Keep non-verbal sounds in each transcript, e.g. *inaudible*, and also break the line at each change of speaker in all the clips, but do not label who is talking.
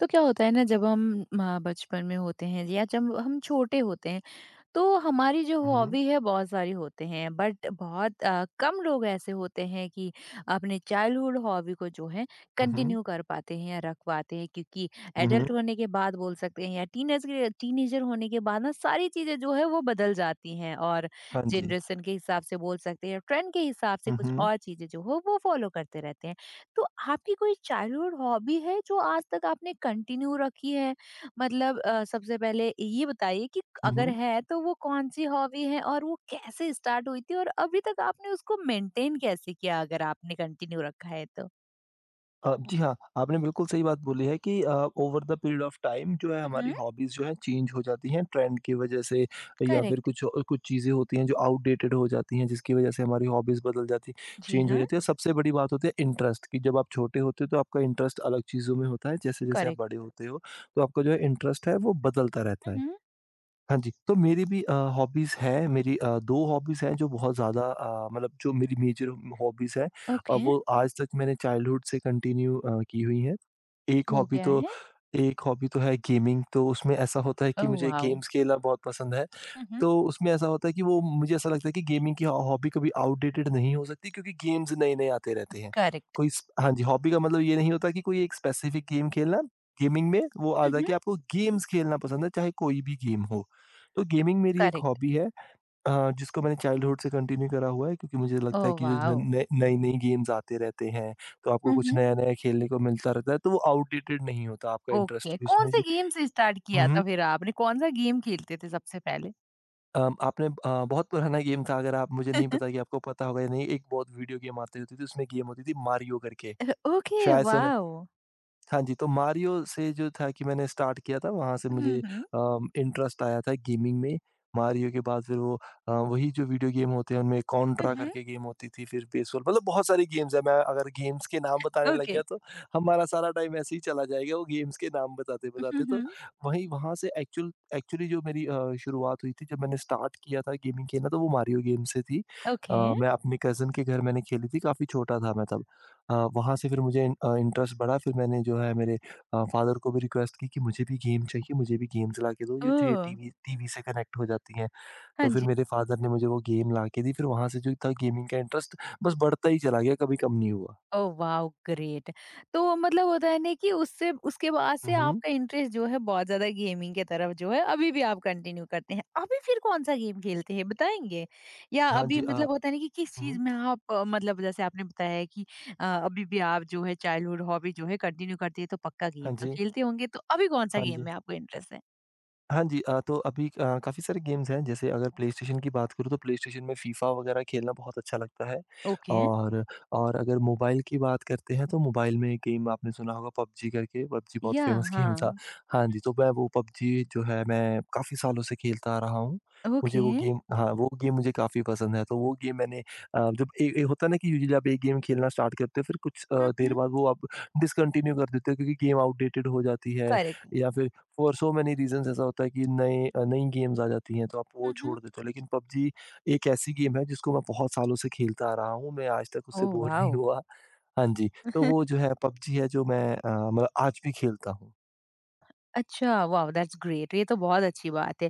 तो क्या होता है ना जब हम बचपन में होते हैं या जब हम छोटे होते हैं तो हमारी जो
हुँ, हुँ।
हॉबी है बहुत सारी होते हैं बट बहुत कम लोग ऐसे होते हैं कि अपने चाइल्डहुड हॉबी को जो है
हुँ, हुँ।
कंटिन्यू कर पाते हैं या रख पाते हैं क्योंकि
हुँ, हुँ।
एडल्ट होने के बाद बोल सकते हैं या टीनेजर होने के बाद ना सारी चीज़ें जो है वो बदल जाती हैं और
हाँ जी।
जनरेशन के हिसाब से बोल सकते हैं ट्रेंड के हिसाब से
हुँ,
कुछ
हुँ।
और चीज़ें जो हो वो फॉलो करते रहते हैं। तो आपकी कोई चाइल्डहुड हॉबी है जो आज तक आपने कंटिन्यू रखी है मतलब सबसे पहले ये बताइए कि
हुँ,
अगर
हुँ।
है तो वो कौन-सी हॉबी है और वो कैसे स्टार्ट हुई थी और अभी तक आपने उसको मेंटेन कैसे किया अगर आपने कंटिन्यू रखा है तो?
जी हाँ, आपने बिल्कुल सही बात बोली है कि over the period of time जो है हमारी
हुँ,
हॉबीज़ जो है चेंज हो जाती हैं ट्रेंड की वज़ह से या फिर
करेक्ट।
कुछ चीज़ें होती हैं जो आउटडेटेड हो जाती हैं जिसकी वज़ह से हमारी हॉबीज़ बदल जाती
जी
चेंज हो
हाँ,
जाती है। सबसे बड़ी बात होती है इंटरेस्ट की, जब आप छोटे होते हो तो आपका इंटरेस्ट अलग चीज़ों में होता है, जैसे-जैसे आप
करेक्ट।
बड़े होते हो तो आपका जो है इंटरेस्ट है वो बदलता
हुँ,
रहता है।
हुँ।
हाँ जी, तो मेरी भी हॉबीज़ हैं, मेरी अ, 2 हॉबीज़ हैं जो बहुत ज़्यादा अ, मतलब जो मेरी मेजर हॉबीज़ हैं,
ओके,
वो आज तक मैंने चाइल्डहुड से कंटिन्यू की हुई हैं। एक
वो
हॉबी
क्या
तो
है?
एक हॉबी तो है गेमिंग, तो उसमें ऐसा होता है कि
ओह
मुझे
वाओ!
गेम्स खेलना बहुत पसंद है।
हुँ, हुँ।
तो उसमें ऐसा होता है कि वो मुझे ऐसा लगता है कि गेमिंग की हॉबी कभी आउटडेटेड नहीं हो सकती क्योंकि गेम्स नए-नए आते रहते हैं।
करेक्ट,
कोई स हाँ जी, हॉबी का मतलब ये नहीं होता कि कोई एक स्पेसिफिक गेम खेलना, गेमिंग में वो
हुँ,
आता है
हुँ।
कि आपको गेम्स खेलना पसंद है, चाहे कोई भी गेम हो। तो गेमिंग मेरी एक
करेक्ट।
हॉबी है जिसको मैंने चाइल्डहुड से कंटिन्यू करा हुआ है क्योंकि मुझे लगता है
ओह
कि जो
वाओ!
नई-नई गेम्स आते रहते हैं तो आपको
हुँ,
कुछ
हुँ।
नया-नया खेलने को मिलता रहता है, तो वो आउटडेटेड नहीं होता आपका इंटरेस्ट
ओके,
भी उसमें।
कौन-से
जी।
गेम से स्टार्ट किया था
हम्म
फिर आपने? कौन-सा गेम खेलते थे सबसे पहले?
आपने अ, बहुत पुराना गेम था, अगर आप मुझे नहीं पता कि
*laughs*
आपको पता होगा या नहीं, एक बहुत वीडियो गेम आती होती थी उसमें गेम होती थी मारियो करके।
ओके,
शायद सुना।
वाओ!
हाँ जी, तो मारियो से जो था कि मैंने स्टार्ट किया था, वहाँ से
हुँ,
मुझे
हुँ।
इंटरेस्ट आया था गेमिंग में। मारियो के बाद फिर वो वही जो वीडियो गेम होते हैं उनमें
हुँ,
कॉन्ट्रा
हुँ।
करके गेम होती थी, फिर बेसबॉल, मतलब बहुत सारी गेम्स हैं। मैं अगर गेम्स के नाम बताने लग
ओके।
गया तो हमारा सारा टाइम ऐसे ही चला जाएगा वो गेम्स के नाम
हुँ,
बताते-बताते। तो
हुँ।
वहीं वहाँ से एक्चुअली जो मेरी शुरुआत हुई थी, जब मैंने स्टार्ट किया था गेमिंग खेलना, तो वो मारियो गेम से थी।
ओके।
मैं अपने कज़िन के घर मैंने खेली थी, काफ़ी छोटा था मैं तब। वहाँ से फिर मुझे इंटरेस्ट बढ़ा, फिर मैंने जो है मेरे फ़ादर को भी रिक्वेस्ट की कि मुझे भी गेम चाहिए, मुझे भी गेम्स लाके दो ये जो ये
ओह!
टीवी टीवी से कनेक्ट हो जाती हैं।
हाँ
तो फिर
जी।
मेरे फ़ादर ने मुझे वो गेम लाके दी, फिर वहाँ से जो था गेमिंग का इंटरेस्ट बस बढ़ता ही चला गया, कभी कम नहीं हुआ।
Oh wow! ग्रेट। तो मतलब होता है ना कि उससे उसके बाद
हुँ,
से
हुँ।
आपका इंटरेस्ट जो है बहुत ज़्यादा गेमिंग की तरफ जो है अभी भी आप कंटिन्यू करते हैं। अभी फिर कौन-सा गेम खेलते हैं बताएँगे? या
हाँ
अभी
जी, अ,
मतलब होता है ना कि किस चीज़
हुँ,
में आप मतलब जैसे आपने बताया है कि अभी भी आप जो है चाइल्डहुड हॉबी जो है कंटिन्यू करती है तो पक्का
हाँ
गेम तो
जी,
खेलते होंगे। तो अभी कौन-सा
हाँ
गेम
जी।
में आपको इंटरेस्ट है?
हाँ जी, तो अभी अ, काफ़ी सारे गेम्स हैं, जैसे अगर प्लेस्टेशन की बात करूँ तो प्लेस्टेशन में फीफा वगैरह खेलना बहुत अच्छा लगता है,
ओके।
और अगर मोबाइल की बात करते हैं, तो मोबाइल में एक गेम आपने सुना होगा पबजी करके, पबजी बहुत
याह!
फेमस गेम
हाँ।
था।
हुँ,
हाँ जी, तो मैं वो पबजी जो है मैं काफ़ी सालों से खेलता आ रहा हूँ।
हुँ।
मुझे
ओके।
वो गेम हाँ, वो गेम मुझे काफ़ी पसंद है, तो वो गेम मैंने अ, जब ए ए होता है ना कि यूजुअली आप एक गेम खेलना स्टार्ट करते हो, फिर कुछ
हुँ,
देर
हुँ।
बाद वो आप डिसकंटिन्यू कर देते हो क्योंकि गेम आउटडेटेड हो जाती है,
करेक्ट।
या फिर फॉर सो मेनी रीज़न्स ऐसा होता है कि नई गेम्स आ जाती हैं, तो आप वो
हुँ, हुँ।
छोड़ देते हो। लेकिन पबजी एक ऐसी गेम है जिसको मैं बहुत सालों से खेलता आ रहा हूँ, मैं आज तक उससे
ओह
बोर
वाओ!
नहीं हुआ। हाँ जी, तो वो
*laughs*
जो है पबजी है जो मैं मतलब आज भी खेलता हूँ।
अच्छा, वाओ! दैट्स ग्रेट ये तो बहुत अच्छी बात है।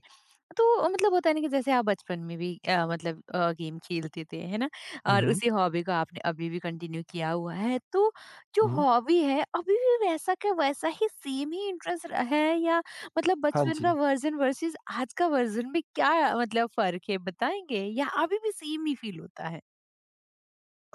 तो मतलब होता है ना कि जैसे आप बचपन में भी मतलब गेम खेलते थे, है ना?
हुँ,
और
हुँ।
उसी हॉबी को आपने अभी भी कंटिन्यू किया हुआ है। तो जो
हुँ, हुँ।
हॉबी है अभी भी वैसा का वैसा ही सेम ही इंटरेस्ट र है या मतलब
हाँ
बचपन का
जी।
वर्ज़न वर्सेस आज का वर्ज़न में क्या मतलब फ़र्क है बताएँगे? या अभी भी सेम ही फ़ील होता है?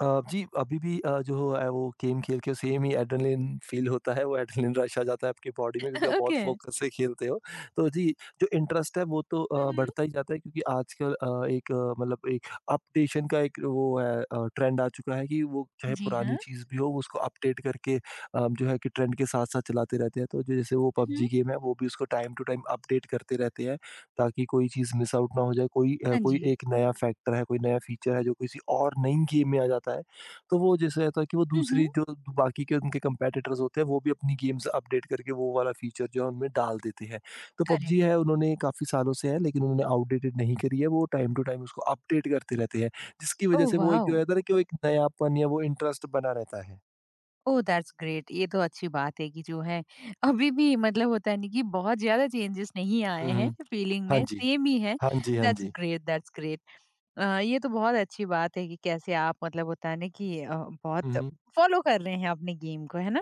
अ, जी, अभी भी अ, जो है वो गेम खेल के सेम ही एड्रेनलिन फ़ील होता है, वो एड्रेनलिन रश आ जाता है आपकी बॉडी में क्योंकि आप
*laughs*
बहुत
ओके।
फ़ोकस से खेलते हो। तो जी, जो इंटरेस्ट है वो तो
हुँ, हुँ।
बढ़ता ही जाता है क्योंकि आजकल मतलब एक अपडेशन का एक वो है ट्रेंड आ चुका है कि वो चाहे
जी हाँ।
पुरानी चीज़ भी हो, वो उसको अपडेट करके जो है कि ट्रेंड के साथ-साथ चलाते रहते हैं। तो जो जैसे वो
हुँ, हुँ।
पबजी गेम है, वो भी उसको टाइम टू टाइम अपडेट करते रहते हैं। ताकि कोई चीज़ मिस आउट ना हो जाए, कोई अ,
हाँ
कोई
जी।
एक नया फैक्टर है, कोई नया फीचर है जो किसी और नई गेम में आ जाता है, तो वो जैसे रहता है कि वो
हुँ, हुँ।
दूसरी जो बाकी के उनके कम्पेटिटर्स होते हैं, वो भी अपनी गेम्स अपडेट करके वो वाला फीचर जो है उनमें डाल देते हैं। तो
करेक्ट।
पबजी है उन्होंने काफ़ी सालों से है, लेकिन उन्होंने आउटडेटेड नहीं करी है, वो टाइम टू टाइम उसको अपडेट करते रहते हैं, जिसकी वज़ह
ओह
से वो एक
वाओ!
जो रहता है ना कि वो एक नयापन या वो इंटरेस्ट बना रहता है।
ओह! दैट्स ग्रेट ये तो अच्छी बात है कि जो है अभी भी मतलब होता है ना कि बहुत ज़्यादा चेंजेस नहीं आए
हुँ,
हैं
हुँ।
फीलिंग
हाँ
में,
जी।
सेम ही है।
हाँ जी, हाँ
दैट्स
जी।
Great, that's great. ये तो बहुत अच्छी बात है कि कैसे आप मतलब होता है ना कि
हुँ,
बहुत
हुँ।
फॉलो कर रहे हैं अपने गेम को, है ना?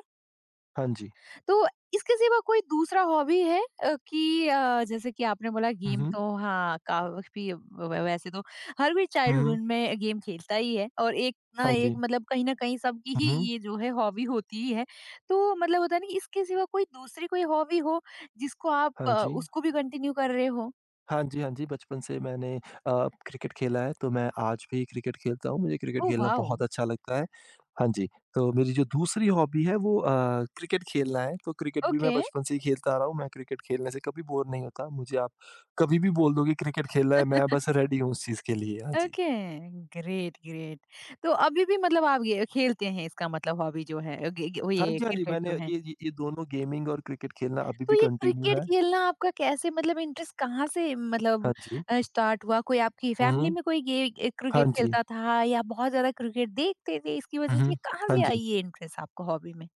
हाँ जी।
तो इसके सिवा कोई दूसरा हॉबी है कि जैसे कि आपने बोला
हुँ,
गेम
हुँ।
तो हाँ, काफ़ी व वैसे तो हर कोई
हुँ, हुँ।
चाइल्डहुड में गेम खेलता ही है और एक ना
हाँ
एक
जी।
मतलब कहीं न कहीं सबकी ही
हुँ, हुँ।
ये जो है हॉबी होती ही है। तो मतलब होता है ना कि इसके सिवा कोई दूसरी कोई हॉबी हो जिसको आप
हाँ जी।
उसको भी कंटिन्यू कर रहे हो?
हाँ जी, हाँ जी, बचपन से मैंने क्रिकेट खेला है, तो मैं आज भी क्रिकेट खेलता हूँ, मुझे क्रिकेट
ओह
खेलना
वाओ!
बहुत अच्छा लगता है। हाँ जी, तो मेरी जो दूसरी हॉबी है वो क्रिकेट खेलना है, तो क्रिकेट भी मैं
ओके,
बचपन से ही खेलता आ रहा हूँ, मैं क्रिकेट खेलने से कभी बोर नहीं होता। मुझे आप कभी भी बोल दो कि क्रिकेट खेलना है, मैं बस रेडी हूँ इस चीज़ के लिए। हाँ जी।
Okay, great, great. तो अभी भी मतलब आप ये खेलते हैं इसका मतलब हॉबी जो है गे गे वो
हाँ
ये
जी, हाँ जी,
क्रिकेट
मैंने
जो है?
ये ये दोनों गेमिंग और क्रिकेट खेलना अभी
तो
भी
ये
कंटिन्यू
क्रिकेट
है।
खेलना आपका कैसे मतलब इंटरेस्ट कहाँ से मतलब
हाँ जी।
स्टार्ट हुआ? कोई आपकी
हुँ,
फैमिली
हुँ।
में कोई ये
हाँ
क्रिकेट
जी।
खेलता था या बहुत ज़्यादा क्रिकेट देखते थे इसकी
हुँ,
वज़ह से ये
हुँ।
कहाँ
हाँ
से आई
जी।
ये इंटरेस्ट आपको हॉबी में?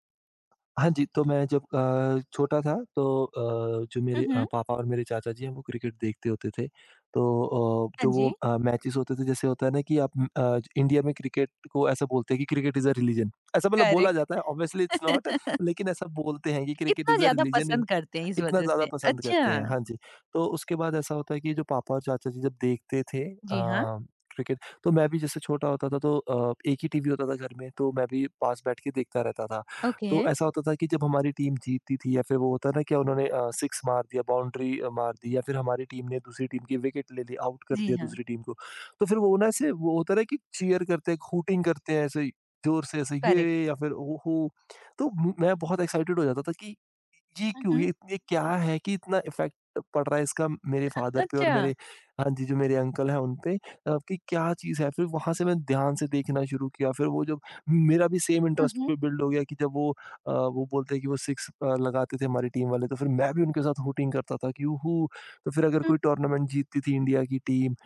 हाँ जी, तो मैं जब छोटा था, तो जो
हुँ,
मेरे
हुँ।
पापा और मेरे चाचा जी हैं वो क्रिकेट देखते होते थे। तो
हाँ
जो वो
जी।
मैचेस होते थे जैसे होता है ना कि आप इंडिया में क्रिकेट को ऐसा बोलते हैं कि क्रिकेट इज़ अ रिलिजन, ऐसा मतलब बोला
करेक्ट।
जाता है। ऑब्वियसली इट्स नॉट, लेकिन ऐसा बोलते हैं कि क्रिकेट
इतना
इज़ अ
ज़्यादा
रिलिजन इन
पसंद करते हैं इस
इतना
वज़ह
ज़्यादा
से।
पसंद करते हैं,
अच्छा।
हाँ जी। तो उसके बाद ऐसा होता है कि जो पापा और चाचा जी जब देखते थे
जी हाँ।
क्रिकेट, तो मैं भी जैसे छोटा होता था, तो एक ही टीवी होता था घर में, तो मैं भी पास बैठ के देखता रहता था।
ओके।
तो ऐसा होता था कि जब हमारी टीम जीतती थी या फिर वो होता है ना कि उन्होंने सिक्स मार दिया, बाउंड्री मार दी, या फिर हमारी टीम ने दूसरी टीम की विकेट ले ली, आउट कर
जी
दिया
हाँ।
दूसरी टीम को। तो फिर वो ना ऐसे वो होता है ना कि चीयर करते हैं, हूटिंग करते हैं ऐसे ज़ोर से, ऐसे
करेक्ट।
ये या फिर ओ हो। तो म मैं बहुत एक्साइटेड हो जाता था कि ये
हुँ,
क्यों?
हुँ।
ये क्या है कि इतना इफ़ेक्ट पड़ रहा है इसका मेरे फ़ादर पे और
अच्छा।
मेरे हाँ जी, जो मेरे अंकल हैं उन पे कि क्या चीज़ है? फिर वहाँ से मैंने ध्यान से देखना शुरू किया, फिर वो जब मेरा भी सेम
हुँ,
इंटरेस्ट
हुँ।
बि बिल्ड हो गया कि जब वो वो बोलते हैं कि वो 6 लगाते थे हमारी टीम वाले, तो फिर मैं भी उनके साथ हूटिंग करता था कि "वूहू!" तो फिर अगर
हुँ।
कोई टूर्नामेंट जीतती थी इंडिया की टीम,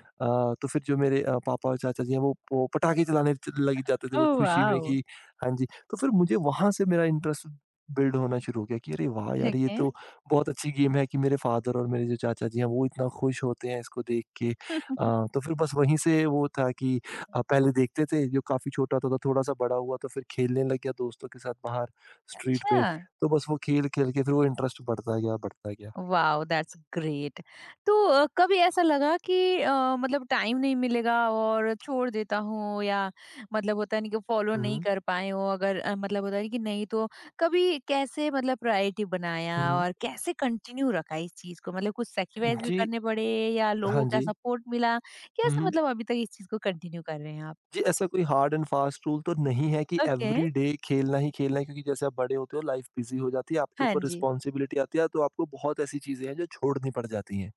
तो फिर जो मेरे पापा और चाचा जी हैं वो पटाखे चलाने लग जाते थे वो
ओह
खुशी में
वाओ!
कि हाँ जी। तो फिर मुझे वहाँ से मेरा इंटरेस्ट बिल्ड होना शुरू हो गया कि अरे वाह यार ये
ओके।
तो बहुत अच्छी गेम है कि मेरे फादर और मेरे जो चाचा जी हैं वो इतना खुश होते हैं इसको देख के
*laughs*
तो फिर बस वहीं से वो था कि पहले देखते थे जो काफ़ी छोटा होता था, थोड़ा सा बड़ा हुआ तो फिर खेलने लग गया दोस्तों के साथ बाहर स्ट्रीट
अच्छा।
पे। तो बस वो खेल खेल के फिर वो इंटरेस्ट बढ़ता गया बढ़ता गया।
Wow that's great. तो कभी ऐसा लगा कि मतलब टाइम नहीं मिलेगा और छोड़ देता हूँ या मतलब होता नहीं कि फॉलो नहीं
हम्म
कर पाए हो अगर मतलब होता नहीं कि नहीं तो कभी कैसे मतलब प्रायोरिटी बनाया
हम्म,
और कैसे कंटिन्यू रखा इस चीज को मतलब कुछ सेक्रीफाइस भी
जी।
करने पड़े या
हाँ
लोगों का
जी।
सपोर्ट मिला कैसे मतलब अभी तक इस चीज को कंटिन्यू कर रहे हैं आप?
जी, ऐसा कोई हार्ड एंड फास्ट रूल तो नहीं है कि
ओके।
एवरीडे खेलना ही खेलना है क्योंकि जैसे आप बड़े होते हो लाइफ बिज़ी हो जाती है, आपके
हाँ
ऊपर
जी।
रिस्पॉन्सिबिलिटी आती है, तो आपको बहुत ऐसी चीज़ें हैं जो छोड़नी पड़ जाती हैं।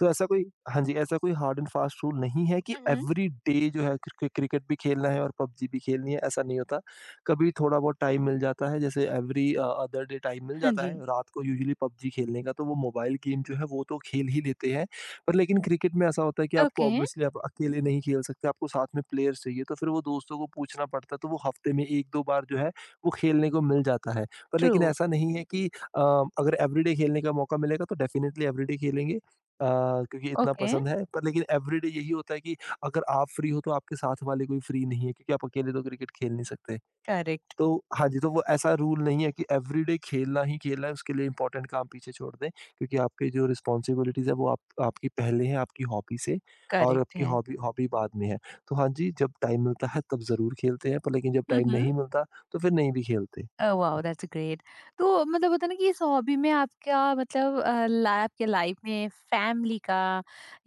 तो ऐसा कोई हाँ जी, ऐसा कोई हार्ड एंड फास्ट रूल नहीं है कि
हम्म।
एवरीडे जो है क्रिकेट भी खेलना है और पबजी भी खेलनी है, ऐसा नहीं होता। कभी थोड़ा बहुत टाइम मिल जाता है, जैसे अदर डे टाइम मिल
हाँ
जाता है,
जी।
रात को यूजुअली पबजी खेलने का, तो वो मोबाइल गेम जो है वो तो खेल ही लेते हैं। पर लेकिन क्रिकेट में ऐसा होता है कि आपको
ओके।
ऑब्वियसली आप अकेले नहीं खेल सकते, आपको साथ में प्लेयर्स चाहिए, तो फिर वो दोस्तों को पूछना पड़ता है, तो वो हफ्ते में 1-2 बार जो है वो खेलने को मिल जाता है। पर
ट्रू।
लेकिन ऐसा नहीं है कि अगर एवरीडे खेलने का मौका मिलेगा तो डेफिनिटली एवरीडे खेलेंगे। अ, क्योंकि इतना
ओके।
पसंद है पर लेकिन एवरीडे यही होता है कि अगर आप फ्री हो तो आपके साथ वाले कोई फ्री नहीं है क्योंकि आप अकेले तो क्रिकेट खेल नहीं सकते।
करेक्ट।
तो हाँ जी, तो वो ऐसा रूल नहीं है कि एवरीडे खेलना ही खेलना है उसके लिए इम्पोर्टेंट काम पीछे छोड़ दें क्योंकि आपके जो रिस्पॉन्सिबिलिटीज़ है वो आप आपकी पहले है आपकी हॉबी से और
करेक्ट
आपकी
है।
हॉबी हॉबी बाद में है। तो हाँ जी, जब टाइम मिलता है तब ज़रूर खेलते हैं पर लेकिन जब टाइम
हम्म।
नहीं मिलता तो फिर नहीं भी खेलते।
Oh wow that's great. तो मतलब होता है ना कि इस हॉबी में आपका मतलब अ, ला आपके लाइफ में फैमिली का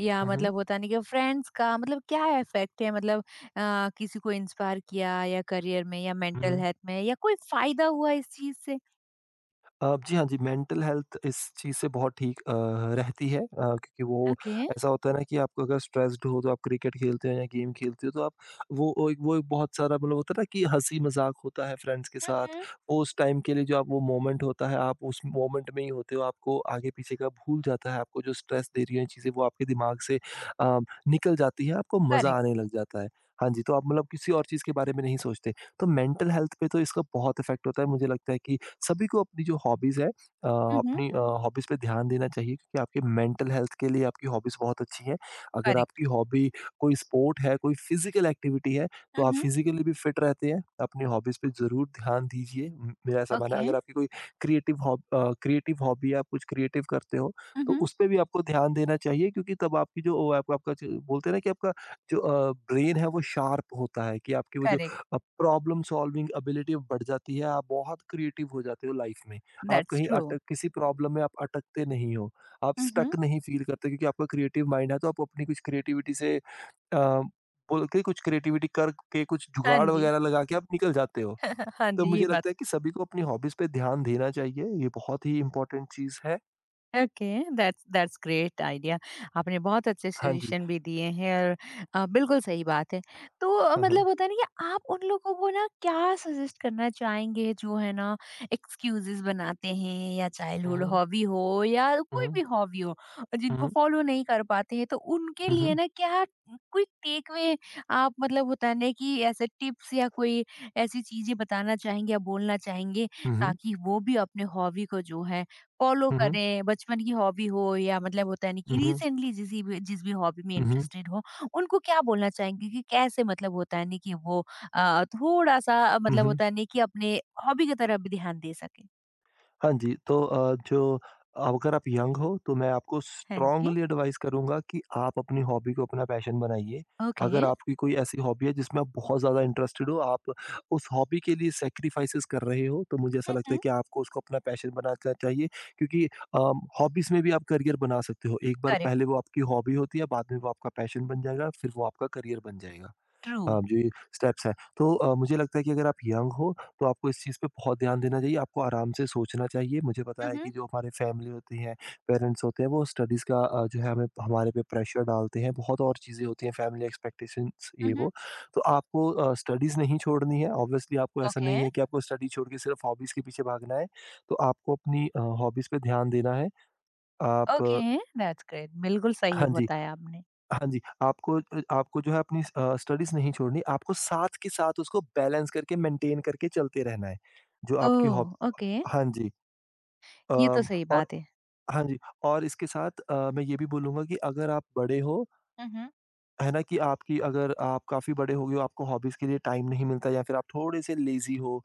या
हुँ, हुँ।
मतलब होता नहीं कि फ्रेंड्स का मतलब क्या इफेक्ट है मतलब किसी को इंस्पायर किया या करियर में या मेंटल
हुँ।
हेल्थ में या कोई फायदा हुआ इस चीज़ से?
जी हाँ जी, मेंटल हेल्थ इस चीज़ से बहुत ठीक रहती है क्योंकि वो
ओके।
ऐसा होता है ना कि आपको अगर स्ट्रेस्ड हो तो आप क्रिकेट खेलते हो या गेम खेलते हो तो आप वो एक बहुत सारा मतलब होता है ना कि हँसी-मज़ाक होता है फ्रेंड्स के साथ,
Mhm.
वो उस टाइम के लिए जो आप वो मोमेंट होता है, आप उस मोमेंट में ही होते हो, आपको आगे-पीछे का भूल जाता है, आपको जो स्ट्रेस दे रही हैं चीज़ें वो आपके दिमाग से अ, निकल जाती है, आपको मज़ा
करेक्ट।
आने लग जाता है। हाँ जी, तो आप मतलब किसी और चीज़ के बारे में नहीं सोचते। तो मेंटल हेल्थ पे तो इसका बहुत इफ़ेक्ट होता है, मुझे लगता है कि सभी को अपनी जो हॉबीज़ है अ,
हुँ, हुँ।
अपनी अ, हॉबीज़ पे ध्यान देना चाहिए क्योंकि आपके मेंटल हेल्थ के लिए आपकी हॉबीज़ बहुत अच्छी हैं। अगर
करेक्ट।
आपकी हॉबी कोई स्पोर्ट है, कोई फिज़िकल एक्टिविटी है, तो आप
Mhm.
फिज़िकली भी फिट रहते हैं। अपनी हॉबीज़ पे ज़रूर ध्यान दीजिए। म मेरा ऐसा मानना है
ओके।
अगर आपकी कोई क्रिएटिव हॉबी है, आप कुछ क्रिएटिव करते हो, तो
Mhm.
उसपे भी आपको ध्यान देना चाहिए क्योंकि तब आपकी जो वो आपका आपका जो बोलते हैं ना कि आपका जो ब्रेन है वो शार्प होता है कि आपकी वो जो
करेक्ट।
अब प्रॉब्लम सॉल्विंग एबिलिटी बढ़ जाती है, आप बहुत क्रिएटिव हो जाते हो लाइफ में। आप
दैट्स
कहीं
ट्रू।
अटक किसी प्रॉब्लम में आप अटकते नहीं हो, आप
Mhm.
स्टक नहीं फ़ील करते क्योंकि आपका क्रिएटिव माइंड है तो आप अपनी कुछ क्रिएटिविटी से अ, बोल के कुछ क्रिएटिविटी करके कुछ
हाँ
जुगाड़
जी।
वगैरह लगा के आप निकल जाते हो।
हाँ
तो
जी, ये
मुझे
बात
लगता है कि सभी को अपनी हॉबीज़ पे ध्यान देना चाहिए, ये बहुत ही इम्पोर्टेंट चीज़ है।
Okay, that's that's great idea. आपने बहुत अच्छे
हाँ जी।
सजेशन भी दिए हैं और बिल्कुल सही बात है। तो
हाँ, हाँ।
मतलब होता है ना कि आप उन लोगों को ना क्या सजेस्ट करना चाहेंगे जो है ना एक्सक्यूज़ेज़ बनाते हैं या
हुँ,
चाइल्डहुड
हुँ।
हॉबी हो या
हुँ,
कोई भी
हुँ।
हॉबी हो जिनको
हुँ,
फॉलो नहीं कर पाते हैं तो उनके लिए
हुँ।
ना क्या क्विक टेक अवे आप मतलब होता है ना कि ऐसे टिप्स या कोई ऐसी चीज़ें बताना चाहेंगे या बोलना चाहेंगे
हुँ, हुँ।
ताकि वो भी अपने हॉबी को जो है फ़ॉलो
हुँ, हुँ।
करें, बचपन की हॉबी हो या मतलब होता है ना कि
हुँ, हुँ।
रिसेंटली जिस भी हॉबी में
हुँ, हुँ।
इंटरेस्टेड हो, उनको क्या बोलना चाहेंगे कि कैसे मतलब होता है ना कि वो थोड़ा-सा
हुँ,
मतलब
हुँ।
होता है ना कि अपने हॉबी की तरफ भी ध्यान दे सकें?
हाँ जी, तो अ, जो अगर आप यंग हो तो मैं आपको
हाँ जी।
स्ट्रांगली एडवाइस करूँगा कि आप अपनी हॉबी को अपना पैशन बनाइए।
ओके।
अगर आपकी कोई ऐसी हॉबी है जिसमें आप बहुत ज़्यादा इंटरेस्टेड हो, आप उस हॉबी के लिए सैक्रिफाइसेज़ कर रहे हो, तो मुझे ऐसा
हुँ,
लगता है
हुँ।
कि आपको उसको अपना पैशन बनाना चाहिए क्योंकि अ, हॉबीज़ में भी आप करियर बना सकते हो। एक बार
करेक्ट,
पहले वो आपकी हॉबी होती है, बाद में वो आपका पैशन बन जाएगा, फिर वो आपका करियर बन जाएगा।
ट्रू।
हाँ, जो ये स्टेप्स हैं। तो मुझे लगता है कि अगर आप यंग हो तो आपको इस चीज़ पे बहुत ध्यान देना चाहिए, आपको आराम से सोचना चाहिए। मुझे
हुँ,
पता है
हुँ,
कि जो हमारे फैमिली होती है, पेरेंट्स होते हैं, वो स्टडीज़ का जो है हमें हमारे पे प्रेशर डालते हैं, बहुत और चीज़ें होती हैं फैमिली एक्सपेक्टेशंस
हुँ,
ये
हुँ।
वो। तो आपको स्टडीज़ नहीं छोड़नी है, ऑब्वियसली आपको ऐसा
ओके,
नहीं है कि आपको स्टडी छोड़ के सिर्फ हॉबीज़ के पीछे भागना है। तो आपको अपनी हॉबीज़ पे ध्यान देना है। आप
ओके,
अ,
दैट्स ग्रेट। बिल्कुल सही
हाँ जी।
बताया आपने।
हाँ जी, आपको आपको जो है अपनी स्टडीज़ नहीं छोड़नी, आपको साथ के साथ उसको बैलेंस करके मेंटेन करके चलते रहना है, जो आपकी
ओह!
हॉब
ओके,
हाँ जी,
ये तो सही
और
बात है।
हाँ जी, और इसके साथ मैं ये भी बोलूँगा कि अगर आप बड़े हो
हुँ, हुँ।
है ना कि आपकी अगर आप काफ़ी बड़े हो गए हो, आपको हॉबीज़ के लिए टाइम नहीं मिलता या फिर आप थोड़े-से लेज़ी हो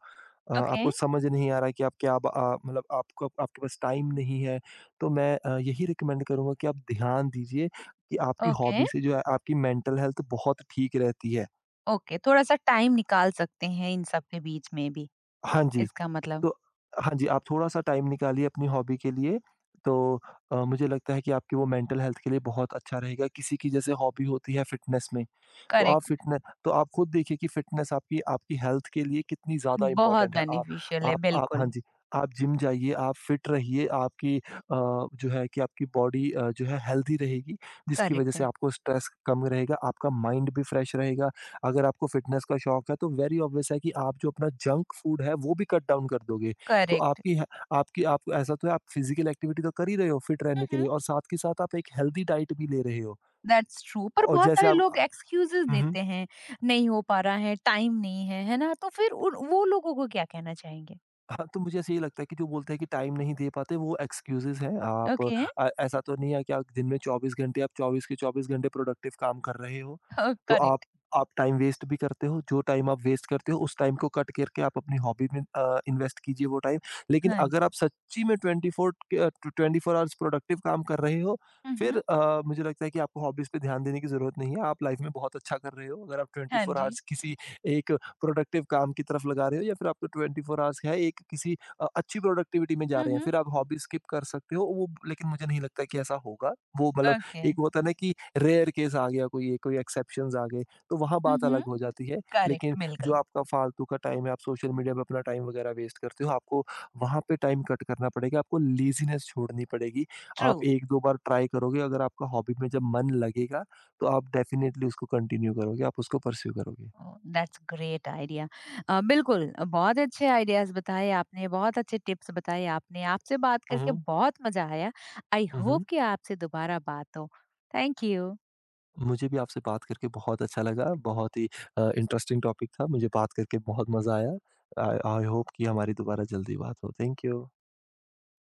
ओके,
आपको समझ नहीं आ रहा है कि आप क्या ब अ, मतलब आपको आपके पास टाइम नहीं है, तो मैं यही रिकमेंड करूँगा कि आप ध्यान दीजिए कि आपकी
ओके,
हॉबी से जो है आपकी मेंटल हेल्थ बहुत ठीक रहती है।
ओके, थोड़ा-सा टाइम निकाल सकते हैं इन सब के बीच में भी,
हाँ जी,
इसका मतलब
तो हाँ जी, आप थोड़ा-सा टाइम निकालिए अपनी हॉबी के लिए, तो मुझे लगता है कि आपकी वो मेंटल हेल्थ के लिए बहुत अच्छा रहेगा। किसी की जैसे हॉबी होती है फिटनेस में तो आप
करेक्ट,
फिटने तो आप खुद देखिए कि फिटनेस आपकी आपकी हेल्थ के लिए कितनी ज़्यादा
बहुत
इम्पोर्टेंट है। आ
बेनिफिशियल है,
आप हाँ
बिल्कुल।
जी, आप जिम जाइए, आप फिट रहिए, आपकी जो है कि आपकी बॉडी जो है हेल्दी रहेगी, जिसकी वज़ह
करेक्ट है,
से आपको स्ट्रेस कम रहेगा, आपका माइंड भी फ्रेश रहेगा। अगर आपको फिटनेस का शौक है, तो वेरी ऑब्वियस है कि आप जो अपना जंक फूड है, वो भी कट डाउन कर दोगे। तो
करेक्ट।
आपकी ह आपकी आप ऐसा तो है आप फिज़िकल एक्टिविटी तो कर ही रहे हो फिट
हुँ,
रहने के
हुँ,
लिए और साथ के साथ आप एक हेल्दी डाइट भी ले रहे हो।
दैट्स ट्रू पर
और
बहुत
जैसे
सारे लोग एक्सक्यूज़ेज़
हुँ, हुँ।
देते हैं, नहीं हो पा रहा है, टाइम नहीं है, है ना? तो फिर उन वो लोगों को क्या कहना चाहेंगे?
हाँ, तो मुझे ऐसे ही लगता है कि जो बोलते हैं कि टाइम नहीं दे पाते वो एक्सक्यूज़ेज़ हैं। आप
ओके,
ऐसा तो नहीं है कि आप दिन में 24 के 24 घंटे प्रोडक्टिव काम कर रहे हो।
*laughs* ओ
तो आप
करेक्ट,
आप टाइम वेस्ट भी करते हो, जो टाइम आप वेस्ट करते हो उस टाइम को कट करके आप अपनी हॉबी में इन्वेस्ट कीजिए वो टाइम। लेकिन
हाँ
अगर
जी।
आप सच्ची में 24 आवर्स प्रोडक्टिव काम कर रहे हो,
हुँ, हुँ,
फिर मुझे लगता है कि आपको हॉबीज़ पे ध्यान देने की ज़रूरत नहीं है। आप लाइफ़ में बहुत अच्छा कर रहे हो। अगर आप
हाँ
24
जी।
आवर्स किसी एक प्रोडक्टिव काम की तरफ लगा रहे हो या फिर आपको 24 आवर्स है एक किसी अच्छी प्रोडक्टिविटी में जा
हुँ,
रहे हैं
हुँ,
फिर आप हॉबी स्किप कर सकते हो वो लेकिन मुझे नहीं लगता कि ऐसा होगा। वो मतलब
ओके।
एक होता है ना कि रेयर केस आ गया कोई कोई एक्सेप्शंस आ गए तो वहाँ
हुँ,
बात
हुँ।
अलग हो जाती है लेकिन
करेक्ट,
जो
बिल्कुल,
आपका फालतू का टाइम है आप सोशल मीडिया पे अपना टाइम वगैरह वेस्ट करते हो आपको वहाँ पे टाइम कट करना पड़ेगा आपको लेजीनेस छोड़नी पड़ेगी।
ट्रू।
आप एक दो बार ट्राई करोगे अगर आपका हॉबी में जब मन लगेगा तो आप डेफिनेटली उसको कंटिन्यू करोगे आप उसको परस्यू करोगे।
Oh, that's great idea. बिल्कुल बहुत अच्छे आइडियाज़ बताए आपने, बहुत अच्छे टिप्स बताए आपने। आपसे बात करके
हम्म।
बहुत मज़ा आया। I hope
hmm.
कि आपसे दोबारा बात हो। Thank you.
मुझे भी आपसे बात करके बहुत अच्छा लगा। बहुत ही इंटरेस्टिंग टॉपिक था। मुझे बात करके बहुत मज़ा आया। आई आई होप कि हमारी दोबारा जल्दी बात हो। Thank you.